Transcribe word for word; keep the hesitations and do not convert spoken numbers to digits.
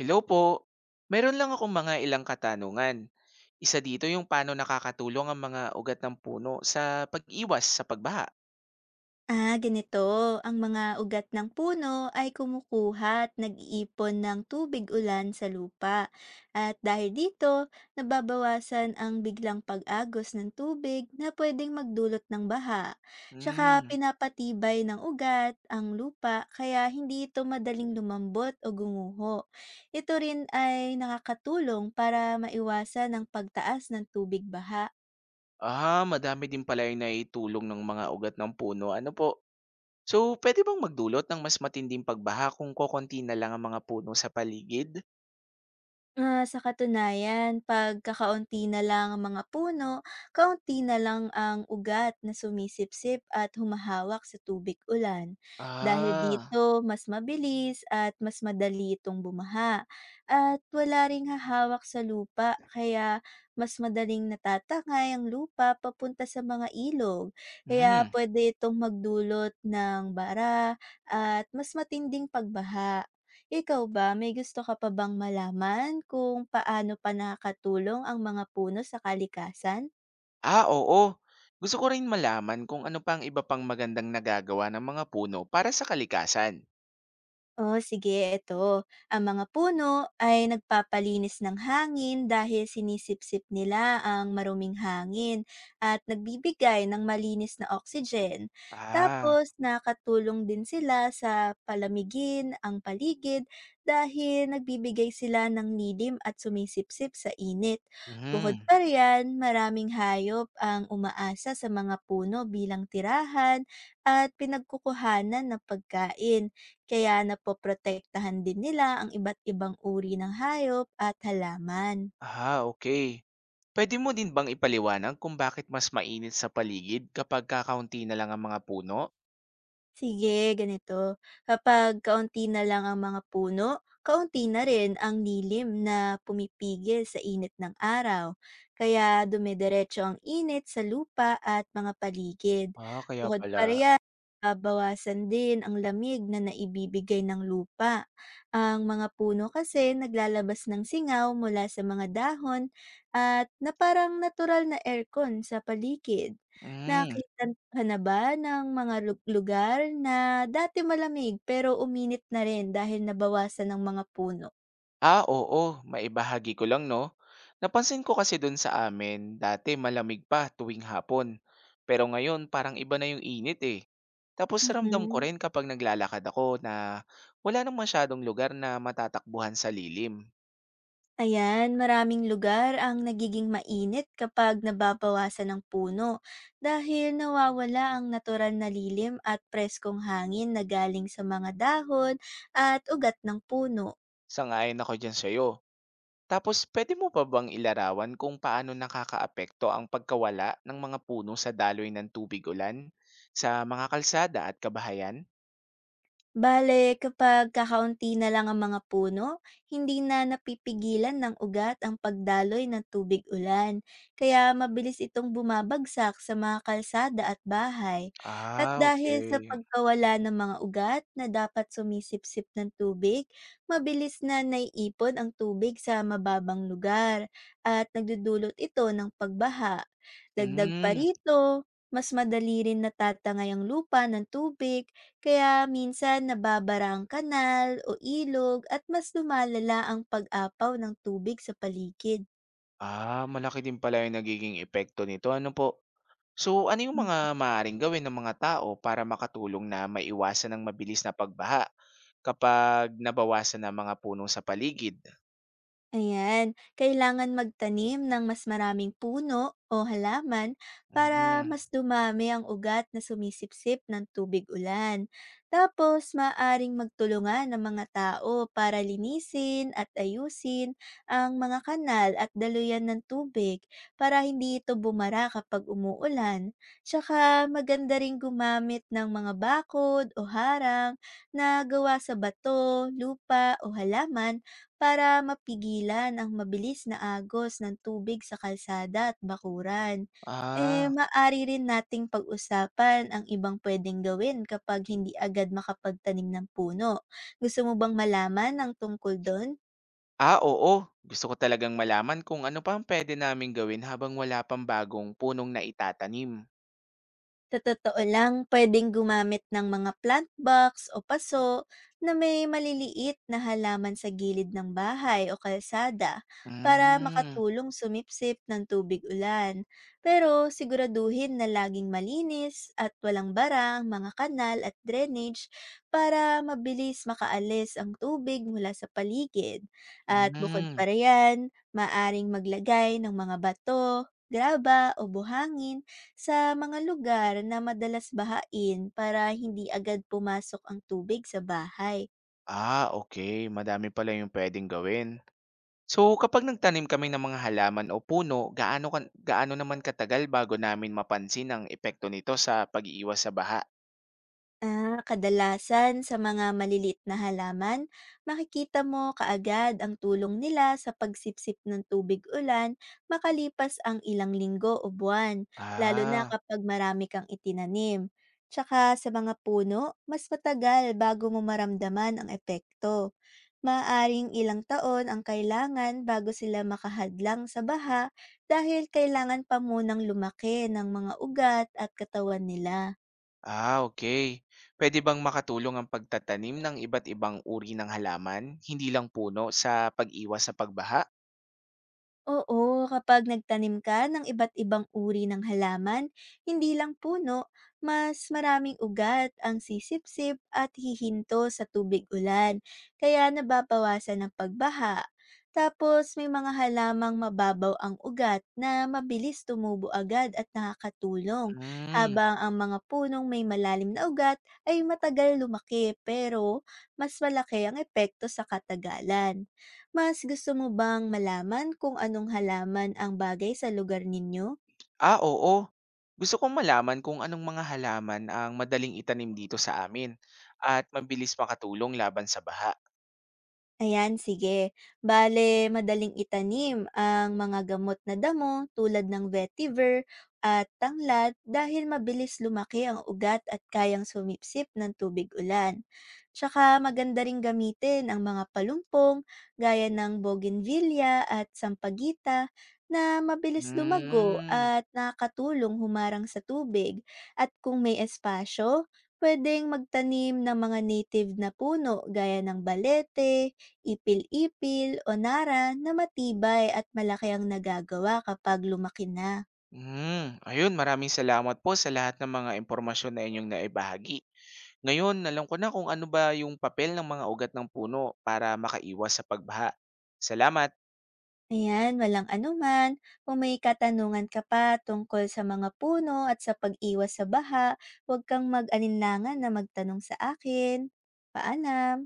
Hello po. Meron lang akong mga ilang katanungan. Isa dito yung paano nakakatulong ang mga ugat ng puno sa pag-iwas sa pagbaha. Ah, ganito. Ang mga ugat ng puno ay kumukuha at nag-iipon ng tubig ulan sa lupa. At dahil dito, nababawasan ang biglang pag-agos ng tubig na pwedeng magdulot ng baha. Tsaka Hmm. pinapatibay ng ugat ang lupa kaya hindi ito madaling lumambot o gumuho. Ito rin ay nakakatulong para maiwasan ang pagtaas ng tubig baha. Ah, madami din pala yung naitulong ng mga ugat ng puno. Ano po? So, pwede bang magdulot ng mas matinding pagbaha kung kokonti na lang ang mga puno sa paligid? Ah, sa katunayan, 'pag kakaunti na lang ang mga puno, kaunti na lang ang ugat na sumisipsip at humahawak sa tubig-ulan. Dahil Ah. dito, mas mabilis at mas madali itong bumaha. At wala ring hahawak sa lupa, kaya mas madaling natatangay ang lupa papunta sa mga ilog. Kaya Hmm. pwede itong magdulot ng bara at mas matinding pagbaha. Ikaw ba, may gusto ka pa bang malaman kung paano pa nakakatulong ang mga puno sa kalikasan? Ah, oo. Gusto ko rin malaman kung ano pang iba pang magandang nagagawa ng mga puno para sa kalikasan. Oh, sige, ito. Ang mga puno ay nagpapalinis ng hangin dahil sinisipsip nila ang maruming hangin at nagbibigay ng malinis na oxygen. Ah. Tapos, nakatulong din sila sa palamigin ang paligid dahil nagbibigay sila ng nidim at sumisipsip sa init. Bukod Hmm. pa riyan, maraming hayop ang umaasa sa mga puno bilang tirahan at pinagkukuhanan ng pagkain kaya napoprotektahan din nila ang iba't ibang uri ng hayop at halaman. Ah, okay. Puwede mo din bang ipaliwanag kung bakit mas mainit sa paligid kapag kakaunti na lang ang mga puno? Sige, ganito. Kapag kaunti na lang ang mga puno, kaunti na rin ang nilim na pumipigil sa init ng araw. Kaya dumidiretso ang init sa lupa at mga paligid. Ah, kaya Bukod pa pala. riyan, babawasan din ang lamig na naibibigay ng lupa. Ang mga puno kasi naglalabas ng singaw mula sa mga dahon at na parang natural na aircon sa paligid. Hmm. Nakita ka na ba ng mga lu lugar na dati malamig pero uminit na rin dahil nabawasan ng mga puno? Ah, oo, maibahagi ko lang 'no. Napansin ko kasi do'n sa amin, dati malamig pa tuwing hapon. Pero ngayon parang iba na 'yung init, eh. Tapos ramdam ko Mm. rin kapag naglalakad ako na wala nang masyadong lugar na matatakbuhan sa lilim. Ayan, maraming lugar ang nagiging mainit kapag nababawasan ng puno dahil nawawala ang natural na lilim at preskong hangin na galing sa mga dahon at ugat ng puno. Sang-ayon ako diyan sa'yo. Tapos puwede mo pa bang ilarawan kung paano nakakaapekto ang pagkawala ng mga puno sa daloy ng tubig-ulan sa mga kalsada at kabahayan? Bale, kapag kakaunti na lang ang mga puno, hindi na napipigilan ng ugat ang pagdaloy ng tubig ulan, kaya mabilis itong bumabagsak sa mga kalsada at bahay. At Ah, dahil sa okay. pagkawala ng mga ugat na dapat sumisipsip ng tubig, mabilis na naiipon ang tubig sa mababang lugar at nagdudulot ito ng pagbaha. Dagdag pa Hmm. rito, mas madali rin natatangay ang lupa ng tubig kaya minsan nababara ang kanal o ilog at mas lumalala ang pag-apaw ng tubig sa paligid. Ah, malaki din pala yung nagiging epekto nito, ano po? So, ano yung mga maaaring gawin ng mga tao para makatulong na maiwasan ng mabilis na pagbaha kapag nabawasan ang mga puno sa paligid? Ayan, kailangan magtanim ng mas maraming puno o halaman para Hmm, mas dumami ang ugat na sumisipsip ng tubig ulan. Tapos, maaring magtulungan ng mga tao para linisin at ayusin ang mga kanal at daluyan ng tubig para hindi ito bumara kapag umuulan. Tsaka, maganda ring gumamit ng mga bakod o harang na gawa sa bato, lupa o halaman para mapigilan ang mabilis na agos ng tubig sa kalsada at bakuran. Eh, ah. maari rin nating pag-usapan ang ibang pwedeng gawin kapag hindi agad makapagtanim ng puno. Gusto mo bang malaman ang tungkol doon? Ah, oo. Gusto ko talagang malaman kung ano pa ang pwede namin gawin habang wala pang bagong punong na itatanim. Sa totoo lang, pwedeng gumamit ng mga plant box o paso na may maliliit na halaman sa gilid ng bahay o kalsada para Hmm, makatulong sumipsip ng tubig ulan. Pero siguraduhin na laging malinis at walang bara ang mga kanal at drainage para mabilis makaalis ang tubig mula sa paligid. At bukod hmm. pa riyan, maaring maglagay ng mga bato, graba o buhangin sa mga lugar na madalas bahain para hindi agad pumasok ang tubig sa bahay. Ah, okay. Madami pala yung pwedeng gawin. So, kapag nagtanim kami ng mga halaman o puno, gaano kan gaano naman katagal bago namin mapansin ang epekto nito sa pag iwas sa baha? Ah, kadalasan sa mga malilit na halaman, makikita mo kaagad ang tulong nila sa pagsipsip ng tubig ulan makalipas ang ilang linggo o buwan, lalo na Ah, kapag marami kang itinanim. Tsaka sa mga puno, mas matagal bago mo maramdaman ang epekto. Maaring ilang taon ang kailangan bago sila makahadlang sa baha dahil kailangan pa munang lumaki ng mga ugat at katawan nila. ah, okay. Pwede bang makatulong ang pagtatanim ng iba't ibang uri ng halaman, hindi lang puno, sa pag-iwas sa pagbaha? Oo, kapag nagtanim ka ng iba't ibang uri ng halaman, hindi lang puno, mas maraming ugat ang sisipsip at hihinto sa tubig ulan, kaya nababawasan ang pagbaha. Tapos may mga halamang mababaw ang ugat na mabilis tumubo agad at nakakatulong, Hmm. habang ang mga punong may malalim na ugat ay matagal lumaki pero mas malaki ang epekto sa katagalan. Mas gusto mo bang malaman kung anong halaman ang bagay sa lugar ninyo? Ah, oo. Gusto kong malaman kung anong mga halaman ang madaling itanim dito sa amin at mabilis makatulong laban sa baha. Ayan, sige. Bale, madaling itanim ang mga gamot na damo tulad ng vetiver at tanglad dahil mabilis lumaki ang ugat at kayang sumipsip ng tubig-ulan. Tsaka maganda ring gamitin ang mga palumpong gaya ng bougainvillea at sampagita na mabilis lumago Hmm. at nakatulong humarang sa tubig. At kung may espasyo, pwedeng magtanim ng mga native na puno gaya ng balete, ipil-ipil o nara na matibay at malaki ang nagagawa kapag lumaki na. Hmm. Ayun, maraming salamat po sa lahat ng mga impormasyon na inyong naibahagi. Ngayon, alam ko na kung ano ba yung papel ng mga ugat ng puno para makaiwas sa pagbaha. Salamat. Ayan, walang anuman. Kung may katanungan ka pa tungkol sa mga puno at sa pag-iwas sa baha, huwag kang mag-alinlangan na magtanong sa akin. Paalam!